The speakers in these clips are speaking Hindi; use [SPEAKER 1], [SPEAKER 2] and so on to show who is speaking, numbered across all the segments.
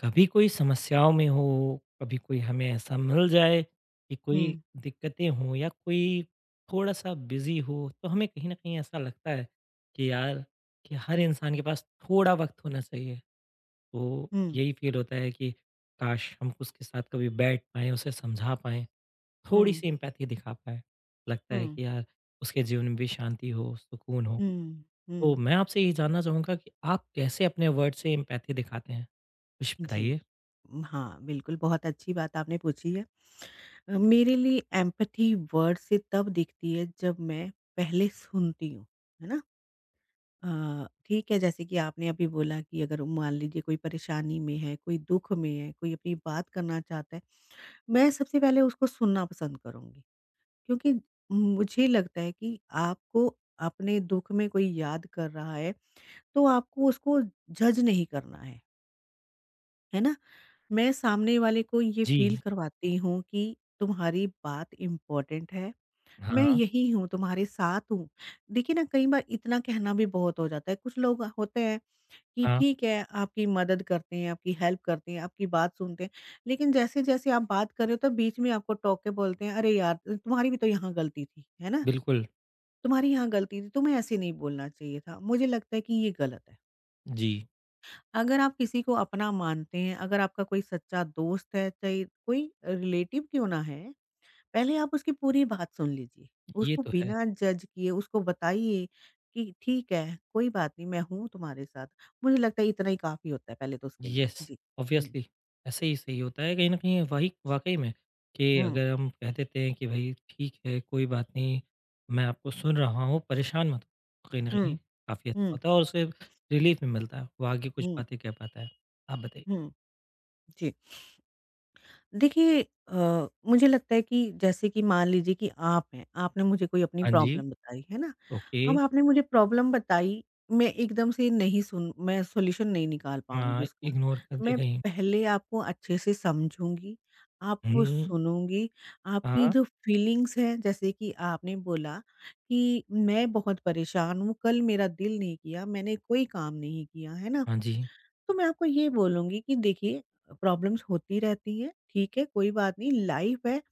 [SPEAKER 1] कभी कोई समस्याओं में हो, कभी कोई हमें ऐसा मिल जाए कि कोई
[SPEAKER 2] हुँ,
[SPEAKER 1] दिक्कतें हों या कोई थोड़ा-सा बिज़ी हो, तो हमें कहीं न कहीं ऐसा लगता है कि यार, कि हर
[SPEAKER 2] हुँ,
[SPEAKER 1] इंसान के पास थोड़ा वक़्त होना चाहिए। तो
[SPEAKER 2] हुँ,
[SPEAKER 1] यही फ़ील होता है कि काश! हम उसके साथ कभी बैठ पाएँ, उसे समझा पाएँ,
[SPEAKER 2] हुँ,
[SPEAKER 1] थोड़ी-सी एम्पैथी दिखा पाएँ। लगता है
[SPEAKER 2] हुँ,
[SPEAKER 1] कि यार, उसके जीवन में भी शांति हो, सुकून हो।
[SPEAKER 2] हुँ,
[SPEAKER 1] तो
[SPEAKER 2] हुँ।
[SPEAKER 1] मैं आपसे यही जानना चाहूँगा कि आप कैसे अपने वर्ड से एम्पैथी दिखाते हैं? कुछ
[SPEAKER 2] जी।
[SPEAKER 1] बताइए।
[SPEAKER 2] हाँ, बिल्कुल बहुत अच्छी बात आपने पूछी है। मेरे लिए एम्पैथी वर्ड से तब दिखती है जब मैं पहले सुनती हूँ, है ना? ठीक है जैसे कि आपने अभी बोला कि अगर मान लीजिए कोई परेशानी में है, कोई दुःख में है, कोई अपनी बात करना चाहता है, मैं सबसे पहले उसको सुनना पसंद करूँगी। क्योंकि मुझे लगता है कि आपको अपने दुःख में कोई याद कर रहा है तो आपको उसको जज नहीं करना है ना? मैं सामने वाले को ये
[SPEAKER 1] जी।
[SPEAKER 2] फ़ील करवाती हूँ कि तुम्हारी बात इम्पोर्टेंट है, मैं
[SPEAKER 1] हाँ,
[SPEAKER 2] यही हूँ, तुम्हारे साथ हूँ। देखिए ना कई बार इतना कहना भी बहुत हो जाता है, कुछ लोग होते हैं कि
[SPEAKER 1] हाँ,
[SPEAKER 2] ठीक है आपकी मदद करते हैं, आपकी हेल्प करते हैं, आपकी बात सुनते हैं, लेकिन जैसे-जैसे आप बात कर रहे हो तो बीच में आपको टोक के बोलते हैं, "अरे यार, तुम्हारी भी तो यहाँ गलती थी, है ना?
[SPEAKER 1] बिल्कुल।
[SPEAKER 2] तुम्हारी यहाँ गलती थी, तुम्हें ऐसे नहीं बोलना चाहिए था, मुझे लगता है कि ये गलत है।"
[SPEAKER 1] जी,
[SPEAKER 2] अगर आप किसी को अपना मानते हैं, अगर आपका कोई सच्चा दोस्त है, चाहे कोई रिलेटिव क्यों ना है, पहले आप उसकी पूरी बात सुन लीजिए।
[SPEAKER 1] ये
[SPEAKER 2] उसको
[SPEAKER 1] तो है।
[SPEAKER 2] बिना जज किए उसको बताइए कि ठीक है, कोई बात नहीं, मैं हूँ तुम्हारे साथ। मुझे लगता है इतना ही काफ़ी होता है पहले तो उसके लिए।
[SPEAKER 1] येस,
[SPEAKER 2] जी। हुँ,
[SPEAKER 1] ऑब्वियसली ऐसे ही सही होता है कहीं न कहीं वही वाक़ई में कि
[SPEAKER 2] हुँ,
[SPEAKER 1] अगर हम कह देते हैं कि भई ठीक है, कोई बात नहीं, मैं आपको सुन रहा हूँ, परेशान मत हो। कहीं न
[SPEAKER 2] हुँ,
[SPEAKER 1] कहीं काफ़ी अच्छा
[SPEAKER 2] हुँ,
[SPEAKER 1] होता है और उससे रिलीफ़ भी मिलता है। वो आगे कुछ
[SPEAKER 2] हुँ,
[SPEAKER 1] बातें कह पाता है। आप बताइए?
[SPEAKER 2] हुँ। जी। देखिए, मुझे लगता है कि जैसे कि मान लीजिए कि आप हैं, आपने मुझे कोई अपनी
[SPEAKER 1] हाँ जी,
[SPEAKER 2] प्रॉब्लम बताई, है ना?
[SPEAKER 1] ओके।
[SPEAKER 2] अब आपने मुझे प्रॉब्लम बताई, मैं एकदम से नहीं सुन मैं सॉल्यूशन नहीं निकाल पाऊँगी
[SPEAKER 1] हाँ,
[SPEAKER 2] उसका।
[SPEAKER 1] इग्नोर कर दे
[SPEAKER 2] मैं
[SPEAKER 1] कहीं।
[SPEAKER 2] पहले आपको अच्छे से समझूँगी, आपको
[SPEAKER 1] हुँ,
[SPEAKER 2] सुनूँगी, आपकी
[SPEAKER 1] हाँ,
[SPEAKER 2] जो फीलिंग्स हैं जैसे कि आपने बोला कि मैं बहुत परेशान हूँ, कल मेरा दिल नहीं किया, मैंने कोई काम नहीं किया, है ना?
[SPEAKER 1] हाँ जी,
[SPEAKER 2] तो मैं आपको ये बोलूँगी कि देखिए प्रॉब्लम्स होती रहती हैं, ठीक है, कोई बात नहीं लाइफ़ है।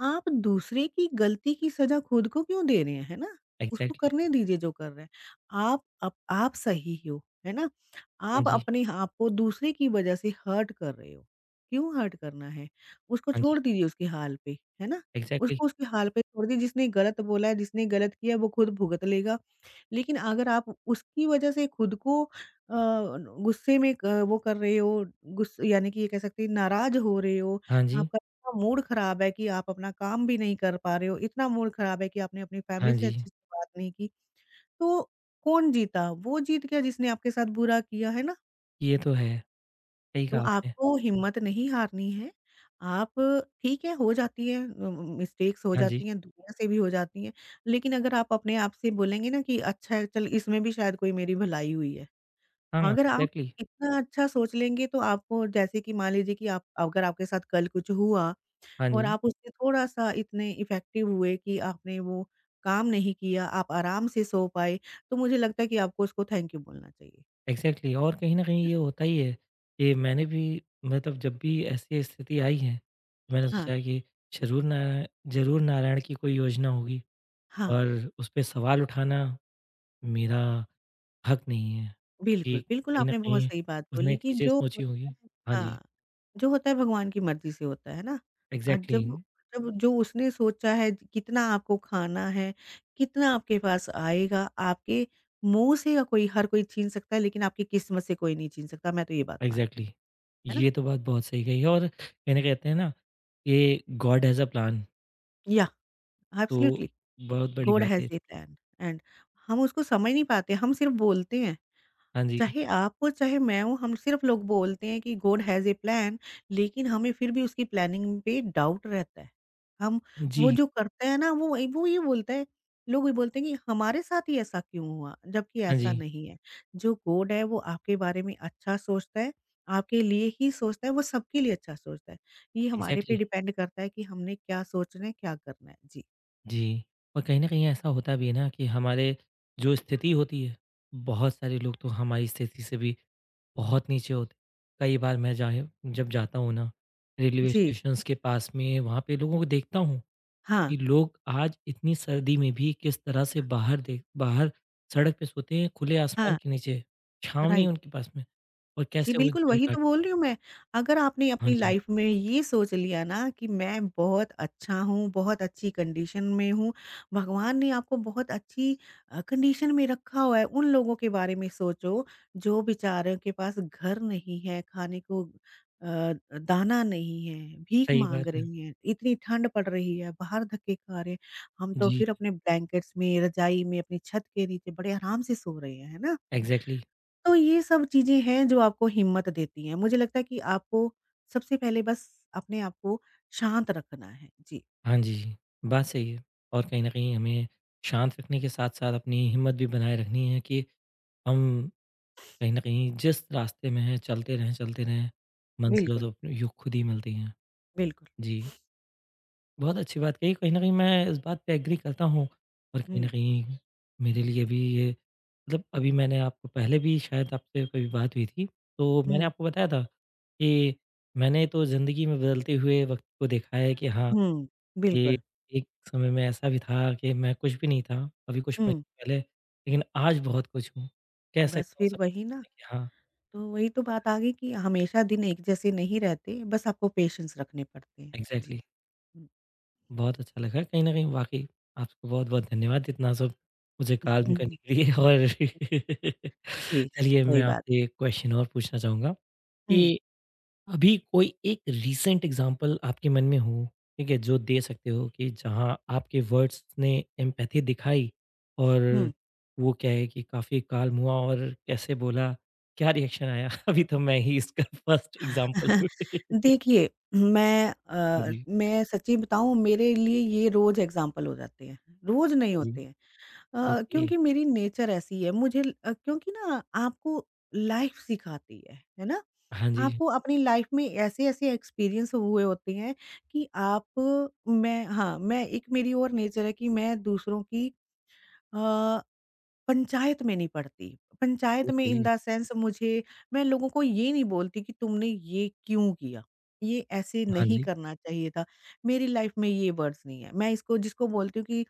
[SPEAKER 2] आप दूसरे की गलती की सज़ा खुद को क्यों दे रहे हैं, है ना? उसको
[SPEAKER 1] एग्ज़ैक्टली।
[SPEAKER 2] करने दीजिए जो कर रहा है। आप अप आप सही हो, है ना?
[SPEAKER 1] हाँ
[SPEAKER 2] आप
[SPEAKER 1] जी,
[SPEAKER 2] अपने आप को दूसरे की वज़ह से हर्ट कर रहे हो। क्यों हर्ट करना है? उसको
[SPEAKER 1] हाँ जी,
[SPEAKER 2] छोड़ दीजिए उसके हाल पे, है ना?
[SPEAKER 1] एग्ज़ैक्टली।
[SPEAKER 2] उसको उसके हाल पे छोड़ दीजिए जिसने गलत बोला है, जिसने गलत किया है वो खुद भुगत लेगा। लेकिन अगर आप उसकी वजह से खुद को गुस्से में क वो कर रहे हो, गुस यानी कि ये कह सकते हैं नाराज़ हो रहे हो,
[SPEAKER 1] हाँ जी,
[SPEAKER 2] आपका इतना मूड ख़राब है कि आप अपना काम भी नहीं कर पा रहे हो, इतना मूड ख़राब है कि आपने अपनी फैमिली
[SPEAKER 1] हाँ
[SPEAKER 2] से
[SPEAKER 1] जी,
[SPEAKER 2] अच्छे से बात नहीं की, तो कौन जीता? वो जीत गया जिसने आपके साथ बुरा किया, है ना?
[SPEAKER 1] ये तो है। सही
[SPEAKER 2] तो
[SPEAKER 1] कहा आपने।
[SPEAKER 2] आपको हिम्मत नहीं हारनी है। आप ठीक है, हो जाती है मिस्टेक्स हो
[SPEAKER 1] हाँ जी।
[SPEAKER 2] जाती हैं, दुनिया से भी हो जाती हैं, लेकिन अगर आप अपने आप से बोलेंगे ना कि अच्छा है चल इसमें भी शायद कोई मेरी भलाई हुई है।
[SPEAKER 1] हाँ,
[SPEAKER 2] अगर आप
[SPEAKER 1] एग्ज़ैक्टली।
[SPEAKER 2] इतना अच्छा सोच लेंगे तो आपको जैसे कि मान लीजिए कि आप अगर आपके साथ कल कुछ हुआ
[SPEAKER 1] हाँ
[SPEAKER 2] और
[SPEAKER 1] जी,
[SPEAKER 2] आप उससे थोड़ा-सा इतने इफ़ेक्टिव हुए कि आपने वो काम नहीं किया, आप आराम से सो पाए, तो मुझे लगता है कि आपको उसको थैंक यू बोलना चाहिए।
[SPEAKER 1] एग्ज़ैक्टली और कहीं न कहीं ये होता ही है कि मैंने भी मतलब जब भी ऐसी स्थिति आई है, मैंने
[SPEAKER 2] हाँ,
[SPEAKER 1] सोचा है कि ज़रूर नारा ज़रूर नारायण की कोई योजना होगी
[SPEAKER 2] हाँ।
[SPEAKER 1] और उसपे सवाल उठाना मेरा हक नहीं है कि
[SPEAKER 2] बिल्कुल, बिल्कुल
[SPEAKER 1] कहीं न
[SPEAKER 2] आपने बहुत
[SPEAKER 1] कहीं
[SPEAKER 2] सही बात बोली
[SPEAKER 1] उसने
[SPEAKER 2] कि
[SPEAKER 1] चीज़ें
[SPEAKER 2] जो
[SPEAKER 1] सोची
[SPEAKER 2] होता
[SPEAKER 1] होंगी।
[SPEAKER 2] है
[SPEAKER 1] हाँ जी,
[SPEAKER 2] हाँ, जो होता है भगवान की मर्ज़ी से होता है ना?
[SPEAKER 1] एग्ज़ैक्टली,
[SPEAKER 2] जब जब जो उसने सोचा है कितना आपको खाना है, कितना आपके पास आएगा, आपके मुँह से या कोई हर कोई छीन सकता है लेकिन आपकी किस्मत से कोई नहीं छीन सकता, मैं तो ये बात मानती
[SPEAKER 1] एग्ज़ैक्टली।
[SPEAKER 2] हूँ, है ना?
[SPEAKER 1] ये तो बात बहुत सही कही है और कहने कहते हैं ना कि God has a plan
[SPEAKER 2] yeah
[SPEAKER 1] तो
[SPEAKER 2] एब्सोल्युटली
[SPEAKER 1] बहुत बड़ी
[SPEAKER 2] गॉड
[SPEAKER 1] बात
[SPEAKER 2] हैज़
[SPEAKER 1] है।
[SPEAKER 2] ए प्लान एंड हम उसको समझ नहीं पाते, हम सिर्फ़ बोलते हैं।
[SPEAKER 1] हाँ जी।
[SPEAKER 2] चाहे आप हो चाहे मैं हूँ, हम सिर्फ लोग बोलते हैं कि गॉड हैज़ अ प्लान लेकिन हमें फिर भी उसकी प्लानिंग पे डाउट रहता है। हम वो
[SPEAKER 1] जी,
[SPEAKER 2] जो करते हैं ना वो ये बोलता है लोग ये बोलते हैं कि हमारे साथ ही ऐसा क्यों हुआ? जबकि
[SPEAKER 1] हाँ
[SPEAKER 2] ऐसा
[SPEAKER 1] जी,
[SPEAKER 2] नहीं है। जो गॉड है वो आपके बारे में अच्छा सोचता है, आपके लिए ही सोचता है, वो सबके लिए अच्छा सोचता है। ये हमारे पे
[SPEAKER 1] एग्ज़ैक्टली
[SPEAKER 2] डिपेंड करता है कि हमने क्या सोचना है, क्या करना है। जी।
[SPEAKER 1] जी, और कहीं न कहीं ऐसा होता भी है ना कि हमारे जो स्थिति होती है, बहुत सारे लोग तो हमारी स्थिति से भी बहुत नीचे होते हैं। कई बार मैं जाए जब जाता हूँ ना, रेलवे
[SPEAKER 2] जी।
[SPEAKER 1] स्टेशंस के पास में वहाँ पे लोगों को देखता हूँ
[SPEAKER 2] हाँ,
[SPEAKER 1] कि लोग आज इतनी सर्दी में भी किस तरह से बाहर सड़क पे सोते हैं, खुले आसमान
[SPEAKER 2] हाँ,
[SPEAKER 1] के नीचे, छाँव नहीं है
[SPEAKER 2] राइट।
[SPEAKER 1] उनके पास में और
[SPEAKER 2] जी,
[SPEAKER 1] कैसे वो
[SPEAKER 2] बिल्कुल,
[SPEAKER 1] दिन
[SPEAKER 2] वही तो
[SPEAKER 1] काटते हैं।
[SPEAKER 2] बोल रही हूँ मैं। अगर आपने
[SPEAKER 1] हाँ
[SPEAKER 2] अपनी
[SPEAKER 1] जी,
[SPEAKER 2] लाइफ़ में ये सोच लिया ना कि मैं बहुत अच्छा हूँ, बहुत अच्छी कंडीशन में हूँ, भगवान ने आपको बहुत अच्छी कंडीशन में रखा हुआ है। उन लोगों के बारे में सोचो, जो बेचारों के पास घर नहीं है, खाने को दाना नहीं है, भीख
[SPEAKER 1] सही
[SPEAKER 2] माँग
[SPEAKER 1] बात है।
[SPEAKER 2] रही हैं, इतनी ठंड पड़ रही है, बाहर धक्के खा रहे हैं। हम तो
[SPEAKER 1] जी,
[SPEAKER 2] फिर अपने ब्लैंकेट्स में, रज़ाई में, अपनी छत के नीचे बड़े आराम से सो रहे हैं, है ना?
[SPEAKER 1] एग्ज़ैक्टली।
[SPEAKER 2] तो ये सब चीज़ें हैं जो आपको हिम्मत देती हैं। मुझे लगता है कि आपको सबसे पहले बस अपने आप को शांत रखना है। जी।
[SPEAKER 1] हाँ जी, बात सही है और कहीं न कहीं हमें शांत रखने के साथ-साथ अपनी हिम्मत भी बनाए रखनी है कि हम कहीं न कहीं जिस रास्ते में हैं चलते रहें, मंज़िलें
[SPEAKER 2] बिल्कुल।
[SPEAKER 1] तो अपने यूँ खुद ही मिलती हैं।
[SPEAKER 2] बिल्कुल।
[SPEAKER 1] जी, बहुत अच्छी बात कही, कहीं न कहीं मैं इस बात पे एग्री करता हूँ और कहीं न
[SPEAKER 2] हुँ,
[SPEAKER 1] कहीं मेरे लिए भी ये मतलब अभी मैंने आपको पहले भी शायद आपसे कभी बात हुई थी, तो मैंने
[SPEAKER 2] हुँ,
[SPEAKER 1] आपको बताया था कि मैंने तो ज़िंदगी में बदलते हुए वक़्त को देखा है कि हाँ,
[SPEAKER 2] हुँ,
[SPEAKER 1] ये
[SPEAKER 2] बिल्कुल।
[SPEAKER 1] एक समय में ऐसा भी था कि मैं कुछ भी नहीं था, अभी कुछ
[SPEAKER 2] हुँ,
[SPEAKER 1] महीने पहले, लेकिन आज बहुत कुछ हूँ। कह
[SPEAKER 2] बस
[SPEAKER 1] सकता हूँ
[SPEAKER 2] फिर
[SPEAKER 1] सबके
[SPEAKER 2] वही ना,
[SPEAKER 1] सामने कि हाँ,
[SPEAKER 2] तो वही तो
[SPEAKER 1] बहुत
[SPEAKER 2] बात आ गई कि हमेशा दिन एक जैसे नहीं रहते, बस आपको पेशेंस रखने पड़ते हैं। जी।
[SPEAKER 1] एग्ज़ैक्टली
[SPEAKER 2] हुँ।
[SPEAKER 1] बहुत अच्छा लगा कहीं न कहीं वाक़ई आपको बहुत-बहुत धन्यवाद इतना सब मुझे काल्म करने के लिए और
[SPEAKER 2] जी,
[SPEAKER 1] चलिए
[SPEAKER 2] कोई
[SPEAKER 1] मैं
[SPEAKER 2] बात
[SPEAKER 1] आपसे
[SPEAKER 2] नहीं।
[SPEAKER 1] एक क्वेश्चन और पूछना चाहूँगा
[SPEAKER 2] हुँ,
[SPEAKER 1] कि अभी कोई एक रीसेंट एग्जांपल आपके मन में हो, ठीक है, जो दे सकते हो कि जहाँ आपके वर्ड्स ने एम्पैथी दिखाई
[SPEAKER 2] हुँ।
[SPEAKER 1] और वो क्या है कि काफ़ी काल्म हुआ और कैसे बोला, क्या रिएक्शन आया? अभी तो मैं ही इसका फर्स्ट एग्जांपल हूँ।
[SPEAKER 2] देखिए, मैं
[SPEAKER 1] हाँ जी,
[SPEAKER 2] मैं सच्ची बताऊँ मेरे लिए ये रोज़ एग्ज़ाम्पल हो जाते हैं। रोज़ नहीं
[SPEAKER 1] हाँ जी,
[SPEAKER 2] होते हैं।
[SPEAKER 1] ओके,
[SPEAKER 2] क्योंकि मेरी नेचर ऐसी है क्योंकि ना आपको लाइफ सिखाती है ना?
[SPEAKER 1] हाँ जी,
[SPEAKER 2] आपको अपनी लाइफ में ऐसे-ऐसे एक्सपीरियंस हुए होते हैं कि आप मैं हाँ, मैं एक मेरी और नेचर है कि मैं दूसरों की अ पंचायत में नहीं पड़ती। पंचायत में
[SPEAKER 1] ओके,
[SPEAKER 2] इन द सेंस मुझे मैं लोगों को ये नहीं बोलती कि तुमने ये क्यों किया? ये ऐसे
[SPEAKER 1] हाँ
[SPEAKER 2] नहीं
[SPEAKER 1] जी,
[SPEAKER 2] करना चाहिए था। मेरी लाइफ़ में ये वर्ड्स नहीं है। मैं इसको जिसको बोलती हूँ कि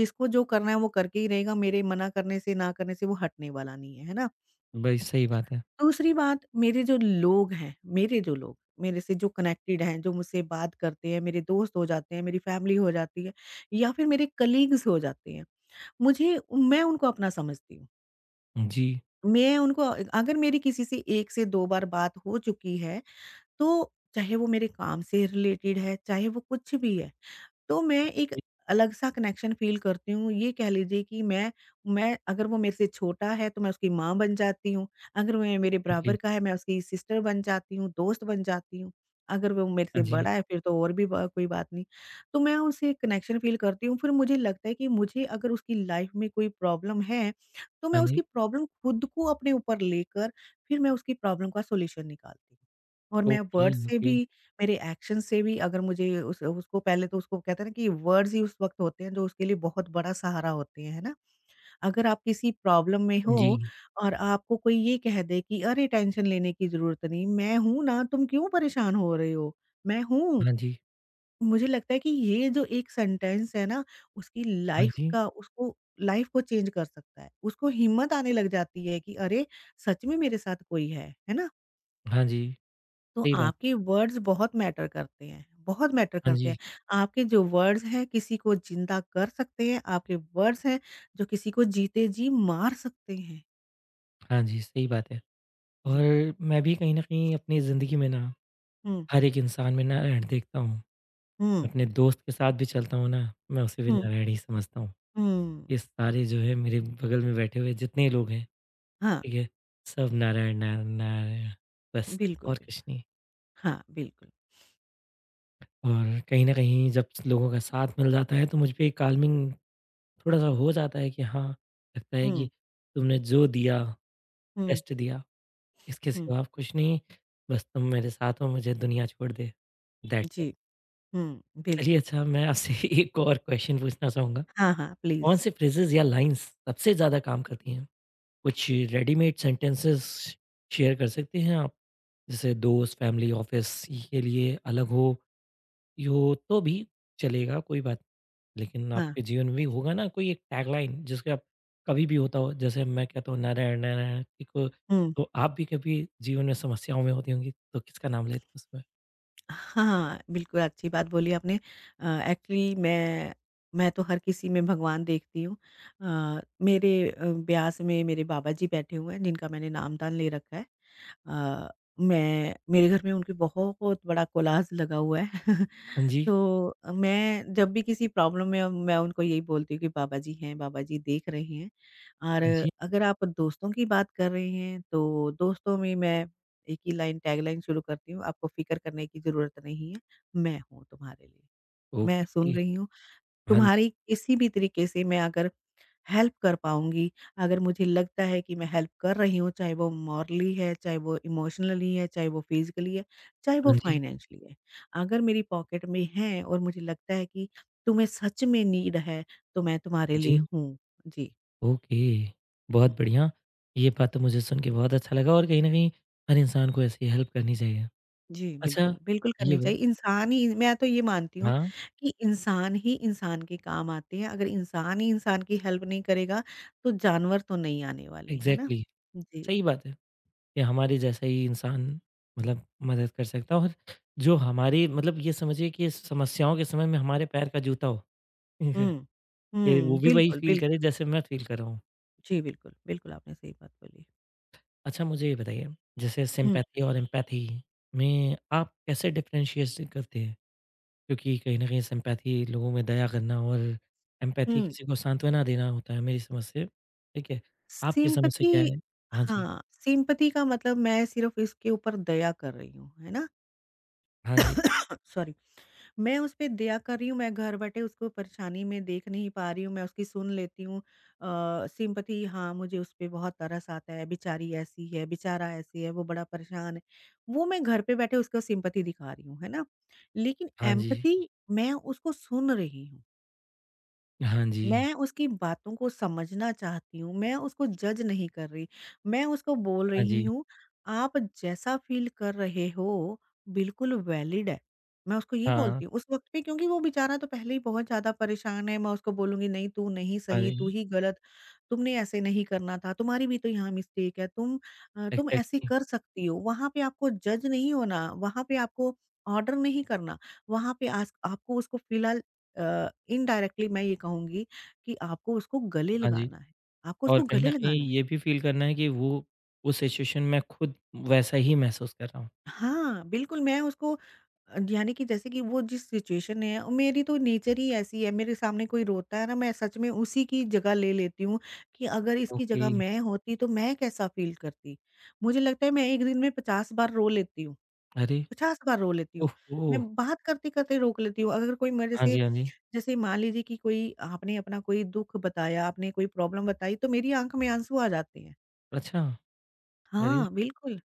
[SPEAKER 2] जिसको जो करना है वो करके ही रहेगा, मेरे मना करने से, ना करने से वो हटने वाला नहीं है, है ना?
[SPEAKER 1] बड़ी सही बात है।
[SPEAKER 2] दूसरी बात मेरे जो लोग हैं, मेरे जो लोग मेरे से जो कनेक्टेड हैं, जो मुझसे बात करते हैं, मेरे दोस्त हो जाते हैं, मेरी फैमिली हो जाती है या फिर मेरे कलीग्स हो जाते हैं। मुझे मैं उनको अपना समझती हूँ।
[SPEAKER 1] जी,
[SPEAKER 2] मैं उनको अगर मेरी किसी से 1 से 2 बार बात हो चुकी है, तो चाहे वो मेरे काम से रिलेटेड है, चाहे वो कुछ भी है, तो मैं एक अलग सा कनेक्शन फ़ील करती हूँ। ये कह लीजिए कि मैं अगर वो मेरे से छोटा है तो मैं उसकी माँ बन जाती हूँ, अगर वो मेरे बराबर
[SPEAKER 1] एग्जैक्टली,
[SPEAKER 2] का है मैं उसकी सिस्टर बन जाती हूँ, दोस्त बन जाती हूँ। अगर वो मेरे से
[SPEAKER 1] हाँ जी,
[SPEAKER 2] बड़ा है फिर तो और भी ब कोई बात नहीं। तो मैं उससे कनेक्शन फ़ील करती हूँ फिर मुझे लगता है कि मुझे अगर उसकी लाइफ़ में कोई प्रॉब्लम है, तो मैं
[SPEAKER 1] हाँ
[SPEAKER 2] उसकी
[SPEAKER 1] जी,
[SPEAKER 2] प्रॉब्लम खुद को अपने ऊपर लेकर फिर मैं उसकी प्रॉब्लम का सॉल्यूशन निकालती हूँ। और मैं
[SPEAKER 1] ओके,
[SPEAKER 2] वर्ड से भी
[SPEAKER 1] ओके,
[SPEAKER 2] मेरे एक्शन से भी अगर मुझे उस उसको पहले तो उसको कहते हैं ना कि वर्ड्स ही उस वक़्त होते हैं जो उसके लिए बहुत बड़ा सहारा होते हैं, है ना? अगर आप किसी प्रॉब्लम में हो
[SPEAKER 1] जी,
[SPEAKER 2] और आपको कोई ये कह दे कि अरे टेंशन लेने की ज़रूरत नहीं, मैं हूँ ना, तुम क्यों परेशान हो रहे हो? मैं हूँ।
[SPEAKER 1] हाँ जी,
[SPEAKER 2] मुझे लगता है कि ये जो एक सेंटेंस है ना, उसकी
[SPEAKER 1] हाँ
[SPEAKER 2] लाइफ़
[SPEAKER 1] जी,
[SPEAKER 2] का उसको लाइफ़ को चेंज कर सकता है। उसको हिम्मत आने लग जाती है कि अरे! सच में मेरे साथ कोई है ना?
[SPEAKER 1] हाँ जी,
[SPEAKER 2] तो
[SPEAKER 1] सही बात
[SPEAKER 2] आपके
[SPEAKER 1] है।
[SPEAKER 2] वर्ड्स बहुत मैटर करते हैं, बहुत मैटर
[SPEAKER 1] हाँ
[SPEAKER 2] करते हैं।
[SPEAKER 1] जी,
[SPEAKER 2] आपके जो वर्ड्स हैं किसी को जिंदा कर सकते हैं, आपके वर्ड्स हैं जो किसी को जीते जी मार सकते हैं।
[SPEAKER 1] हाँ जी, सही बात है।
[SPEAKER 2] जी।
[SPEAKER 1] और मैं भी कहीं न कहीं अपनी ज़िंदगी में ना,
[SPEAKER 2] हुँ,
[SPEAKER 1] हर एक इंसान में नारायण देखता हूँ।
[SPEAKER 2] हुँ,
[SPEAKER 1] अपने दोस्त के साथ भी चलता हूँ ना, मैं उसे भी
[SPEAKER 2] हुँ,
[SPEAKER 1] नारायण ही समझता हूँ।
[SPEAKER 2] हुँ।
[SPEAKER 1] ये सारे जो है मेरे बगल में बैठे हुए जितने लोग हैं,
[SPEAKER 2] हाँ,
[SPEAKER 1] ठीक है? सब नारायण, नारायण, नारायण बस
[SPEAKER 2] बिल्कुल,
[SPEAKER 1] और
[SPEAKER 2] बिल्कुल।
[SPEAKER 1] कुछ नहीं।
[SPEAKER 2] हाँ, बिल्कुल।
[SPEAKER 1] और कहीं न कहीं जब लोगों का साथ मिल जाता है तो मुझ पे काल्मिंग थोड़ा-सा हो जाता है कि हाँ, लगता है
[SPEAKER 2] हुँ,
[SPEAKER 1] कि तुमने जो दिया,
[SPEAKER 2] हुँ,
[SPEAKER 1] बेस्ट दिया। इसके
[SPEAKER 2] हुँ।
[SPEAKER 1] सिवा कुछ नहीं, बस तुम मेरे साथ हो, मुझे दुनिया छोड़ दे। That's it.
[SPEAKER 2] जी। हुँ,
[SPEAKER 1] चलिए
[SPEAKER 2] बिल्कुल।
[SPEAKER 1] अच्छा मैं आपसे एक और क्वेश्चन पूछना चाहूँगा।
[SPEAKER 2] हाँ, हाँ,
[SPEAKER 1] कौन
[SPEAKER 2] प्लीज़।
[SPEAKER 1] से फ्रेजेज़ या लाइन्स सबसे ज़्यादा काम करती हैं? कुछ रेडीमेड सेंटेंसेस शेयर कर सकते हैं आप? जैसे दोस्त, फैमिली, ऑफ़िस के लिए अलग हो, ये हो तो भी चलेगा कोई बात नहीं। लेकिन
[SPEAKER 2] हाँ,
[SPEAKER 1] आपके जीवन में भी होगा ना कोई एक टैगलाइन जिसके आप कभी भी होता हो जैसे मैं कहता हूँ नारायण, नारायण एक
[SPEAKER 2] हुँ।
[SPEAKER 1] तो आप भी कभी जीवन में समस्याओं में होती होंगी तो किसका नाम लेती हैं उसमें?
[SPEAKER 2] हाँ, बिल्कुल अच्छी बात बोली आपने। एक्चुअली मैं तो हर किसी में भगवान देखती हूँ। मेरे ब्यास में मेरे बाबा जी बैठे हुए हैं जिनका मैंने नामदान ले रखा है। अ, मैं मेरे घर में उनकी बहुत बड़ा कोलाज लगा हुआ है।
[SPEAKER 1] हाँ जी,
[SPEAKER 2] तो मैं जब भी किसी प्रॉब्लम में हूँ, मैं उनको यही बोलती हूँ कि बाबा जी हैं, बाबा जी देख रहे हैं। और
[SPEAKER 1] हाँ जी,
[SPEAKER 2] अगर आप दोस्तों की बात कर रहे हैं तो दोस्तों में मैं एक ही लाइन टैगलाइन शुरू करती हूँ, आपको फ़िक्र करने की ज़रूरत नहीं है, मैं हूँ तुम्हारे लिए। मैं
[SPEAKER 1] ओके,
[SPEAKER 2] सुन रही हूँ,
[SPEAKER 1] हाँ जी,
[SPEAKER 2] तुम्हारी किसी भी तरीके से मैं अगर हेल्प कर पाऊँगी। अगर मुझे लगता है कि मैं हेल्प कर रही हूँ, चाहे वो मॉरली है, चाहे वो इमोशनली है, चाहे वो फिज़िकली है, चाहे वो
[SPEAKER 1] हाँ जी,
[SPEAKER 2] फाइनेंशियली है। अगर मेरी पॉकेट में है और मुझे लगता है कि तुम्हें सच में नीड है, तो मैं तुम्हारे
[SPEAKER 1] जी।
[SPEAKER 2] लिए हूँ। जी।
[SPEAKER 1] ओके,
[SPEAKER 2] हुँ,
[SPEAKER 1] बहुत बढ़िया। ये बात तो मुझे सुन के बहुत अच्छा लगा और कहीं न कहीं हर इंसान को ऐसी हेल्प करनी चाहिए।
[SPEAKER 2] जी,
[SPEAKER 1] अच्छा,
[SPEAKER 2] बिल्कुल, बिल्कुल
[SPEAKER 1] ये
[SPEAKER 2] करनी
[SPEAKER 1] बत
[SPEAKER 2] चाहिए। इंसान ही मैं तो ये मानती हूँ
[SPEAKER 1] हाँ,
[SPEAKER 2] कि इंसान ही इंसान के काम आते हैं। अगर इंसान ही इंसान की हेल्प नहीं करेगा, तो जानवर तो नहीं आने वाले, है ना?
[SPEAKER 1] एग्ज़ैक्टली
[SPEAKER 2] जी।
[SPEAKER 1] सही बात है कि हमारे जैसा ही इंसान मतलब मदद कर सकता है और जो हमारी मतलब ये समझिए कि समस्याओं के समय में हमारे पैर का जूता हो।
[SPEAKER 2] हुँ।
[SPEAKER 1] ये वो
[SPEAKER 2] हुँ,
[SPEAKER 1] भी वही
[SPEAKER 2] बिल्कुल,
[SPEAKER 1] फ़ील करे
[SPEAKER 2] बिल्कुल।
[SPEAKER 1] जैसे मैं फ़ील कर रहा हूँ।
[SPEAKER 2] जी, बिल्कुल, बिल्कुल आपने सही बात बोली।
[SPEAKER 1] अच्छा मुझे ये बताइए, जैसे
[SPEAKER 2] हुँ।
[SPEAKER 1] सिम्पैथी और एम्पैथी में आप कैसे डिफ़रेंशिएशन करते हैं? क्योंकि कहीं न कहीं सिम्पैथी लोगों में दया करना और एम्पैथी
[SPEAKER 2] हुँ।
[SPEAKER 1] किसी को सांत्वना देना होता है मेरी समझ से, ठीक है? आपकी समझ से
[SPEAKER 2] सिम्पैथी
[SPEAKER 1] क्या है? हाँ जी,
[SPEAKER 2] हाँ, सिम्पैथी का मतलब मैं सिर्फ़ इसके ऊपर दया कर रही हूँ, है ना?
[SPEAKER 1] हाँ जी,
[SPEAKER 2] सॉरी, मैं उस पे दया कर रही हूँ, मैं घर बैठे उसको परेशानी में देख नहीं पा रही हूँ, मैं उसकी सुन लेती हूँ। सिम्पैथी हाँ, मुझे उस पे बहुत तरस आता है, बेचारी ऐसी है, बेचारा ऐसी है, वो बड़ा परेशान है। वो मैं घर पे बैठे उसको सिम्पैथी दिखा रही हूँ, है ना? लेकिन
[SPEAKER 1] हाँ जी,
[SPEAKER 2] एम्पैथी मैं उसको सुन रही हूँ।
[SPEAKER 1] हाँ जी,
[SPEAKER 2] मैं उसकी बातों को समझना चाहती हूँ, मैं उसको जज नहीं कर रही। मैं उसको बोल
[SPEAKER 1] हाँ
[SPEAKER 2] रही
[SPEAKER 1] जी,
[SPEAKER 2] हूँ, "आप जैसा फ़ील कर रहे हो, बिल्कुल वैलिड है।" मैं उसको ये
[SPEAKER 1] हाँ,
[SPEAKER 2] बोलती हूँ। उस वक़्त पे क्योंकि वो बेचारा तो पहले ही बहुत ज़्यादा परेशान है, मैं उसको बोलूँगी, "नहीं, तू नहीं
[SPEAKER 1] हाँ
[SPEAKER 2] सही, तू
[SPEAKER 1] जी,
[SPEAKER 2] ही गलत। तुमने ऐसे नहीं करना था, तुम्हारी भी तो यहाँ मिस्टेक है। तुम तुम ऐसे
[SPEAKER 1] एग्ज़ैक्टली,
[SPEAKER 2] कर सकती हो।" वहाँ पे आपको जज नहीं होना, वहाँ पे आपको ऑर्डर नहीं करना। वहाँ पे आस आपको उसको फ़िलहाल इनडायरेक्टली मैं ये कहूँगी कि आपको उसको गले
[SPEAKER 1] हाँ जी।
[SPEAKER 2] लगाना है, आपको
[SPEAKER 1] और
[SPEAKER 2] उसको
[SPEAKER 1] कहीं
[SPEAKER 2] गले
[SPEAKER 1] न कहीं
[SPEAKER 2] लगाना है।
[SPEAKER 1] ये भी फ़ील करना है कि वो उस सिचुएशन में खुद वैसा ही महसूस कर रहा हूँ।
[SPEAKER 2] हाँ, बिल्कुल मैं उसको यानी कि जैसे कि वो जिस सिचुएशन में है और मेरी तो नेचर ही ऐसी है, मेरे सामने कोई रोता है ना मैं सच में उसी की जगह ले लेती हूँ कि अगर इसकी
[SPEAKER 1] ओके,
[SPEAKER 2] जगह मैं होती तो मैं कैसा फ़ील करती। मुझे लगता है मैं एक दिन में 50 बार रो लेती हूँ,
[SPEAKER 1] अरे!
[SPEAKER 2] 50 बार रो लेती हूँ।
[SPEAKER 1] ओहो!
[SPEAKER 2] मैं बात करते-करते रो लेती हूँ। अगर कोई मेरे
[SPEAKER 1] हाँ
[SPEAKER 2] से
[SPEAKER 1] जी, हाँ जी।
[SPEAKER 2] जैसे मान लीजिए कि कोई आपने अपना कोई दुःख बताया, आपने कोई प्रॉब्लम बताई तो मेरी आँख में आँसू आ जाते हैं।
[SPEAKER 1] अच्छा, अरे!
[SPEAKER 2] हाँ, बिल्कुल।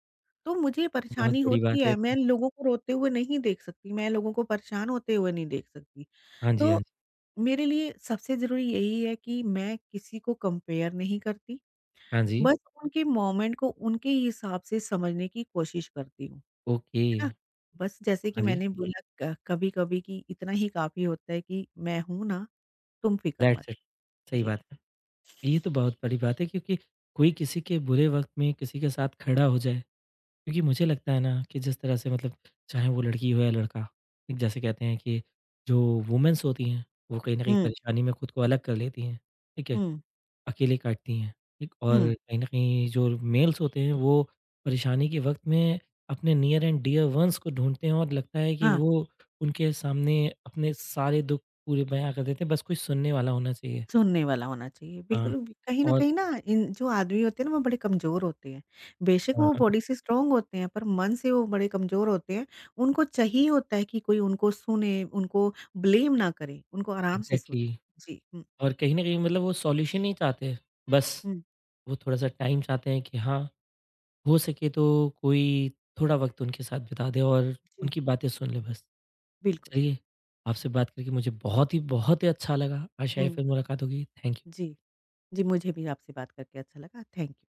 [SPEAKER 2] तो मुझे
[SPEAKER 1] बहुत
[SPEAKER 2] परेशानी
[SPEAKER 1] बड़ी
[SPEAKER 2] होती
[SPEAKER 1] बात है
[SPEAKER 2] है,
[SPEAKER 1] ये
[SPEAKER 2] मैं
[SPEAKER 1] तो।
[SPEAKER 2] लोगों को रोते हुए नहीं देख सकती, मैं लोगों को परेशान होते हुए नहीं देख सकती।
[SPEAKER 1] हाँ जी, हाँ
[SPEAKER 2] तो
[SPEAKER 1] जी,
[SPEAKER 2] मेरे लिए सबसे ज़रूरी यही है कि मैं किसी को कंपेयर नहीं करती,
[SPEAKER 1] हाँ जी,
[SPEAKER 2] बस उनके मोमेंट को उनके हिसाब से समझने की कोशिश करती हूँ,
[SPEAKER 1] ओके,
[SPEAKER 2] है ना? बस जैसे कि
[SPEAKER 1] हाँ जी,
[SPEAKER 2] मैंने बोला क कभी-कभी कि इतना ही काफ़ी होता है कि मैं हूँ ना, तुम फ़िक्र मत
[SPEAKER 1] दैट्स इट,
[SPEAKER 2] करो।
[SPEAKER 1] सही
[SPEAKER 2] जी।
[SPEAKER 1] बात है। ये तो बहुत बड़ी बात है क्योंकि कोई किसी के बुरे वक़्त में किसी के साथ खड़ा हो जाए, क्योंकि मुझे लगता है ना कि जिस तरह से मतलब चाहे वो लड़की हो या लड़का, एक जैसे कहते हैं कि जो वुमेन्स होती हैं, वो कहीं न कहीं
[SPEAKER 2] हुँ,
[SPEAKER 1] परेशानी में खुद को अलग कर लेती हैं, ठीक है?
[SPEAKER 2] हुँ,
[SPEAKER 1] अकेले काटती हैं, ठीक? और
[SPEAKER 2] हुँ।
[SPEAKER 1] कहीं न कहीं जो मेल्स होते हैं वो परेशानी के वक़्त में अपने नियर एंड डियर वन्स को ढूँढते हैं और लगता है कि
[SPEAKER 2] हाँ।
[SPEAKER 1] वो उनके सामने अपने सारे दुःख पूरे बयाँ कर देते हैं, बस कोई सुनने वाला होना चाहिए।
[SPEAKER 2] सुनने वाला होना चाहिए,
[SPEAKER 1] हाँ,
[SPEAKER 2] बिल्कुल भी कहीं न
[SPEAKER 1] और
[SPEAKER 2] कहीं ना इन जो आदमी होते हैं ना वो बड़े कमज़ोर होते हैं। बेशक
[SPEAKER 1] हाँ,
[SPEAKER 2] वो बॉडी
[SPEAKER 1] हाँ।
[SPEAKER 2] से स्ट्रॉन्ग होते हैं पर मन से वो बड़े कमज़ोर होते हैं। उनको चाहिए होता है कि कोई उनको सुने, उनको ब्लेम ना करे, उनको आराम से सुने।
[SPEAKER 1] एग्ज़ैक्टली
[SPEAKER 2] जी, हुँ,
[SPEAKER 1] और कहीं न कहीं मतलब वो सॉल्यूशन नहीं चाहते, बस
[SPEAKER 2] हुँ,
[SPEAKER 1] वो थोड़ा-सा टाइम चाहते हैं कि हाँ, हो सके तो कोई थोड़ा वक़्त उनके साथ बिता दे और
[SPEAKER 2] जी,
[SPEAKER 1] उनकी बातें सुन ले बस।
[SPEAKER 2] बिल्कुल।
[SPEAKER 1] चलिए, आपसे बात करके मुझे बहुत ही अच्छा लगा। आशा है
[SPEAKER 2] हुँ,
[SPEAKER 1] फिर मुलाकात होगी। Thank you.
[SPEAKER 2] जी, जी मुझे भी आपसे बात करके अच्छा लगा। Thank you.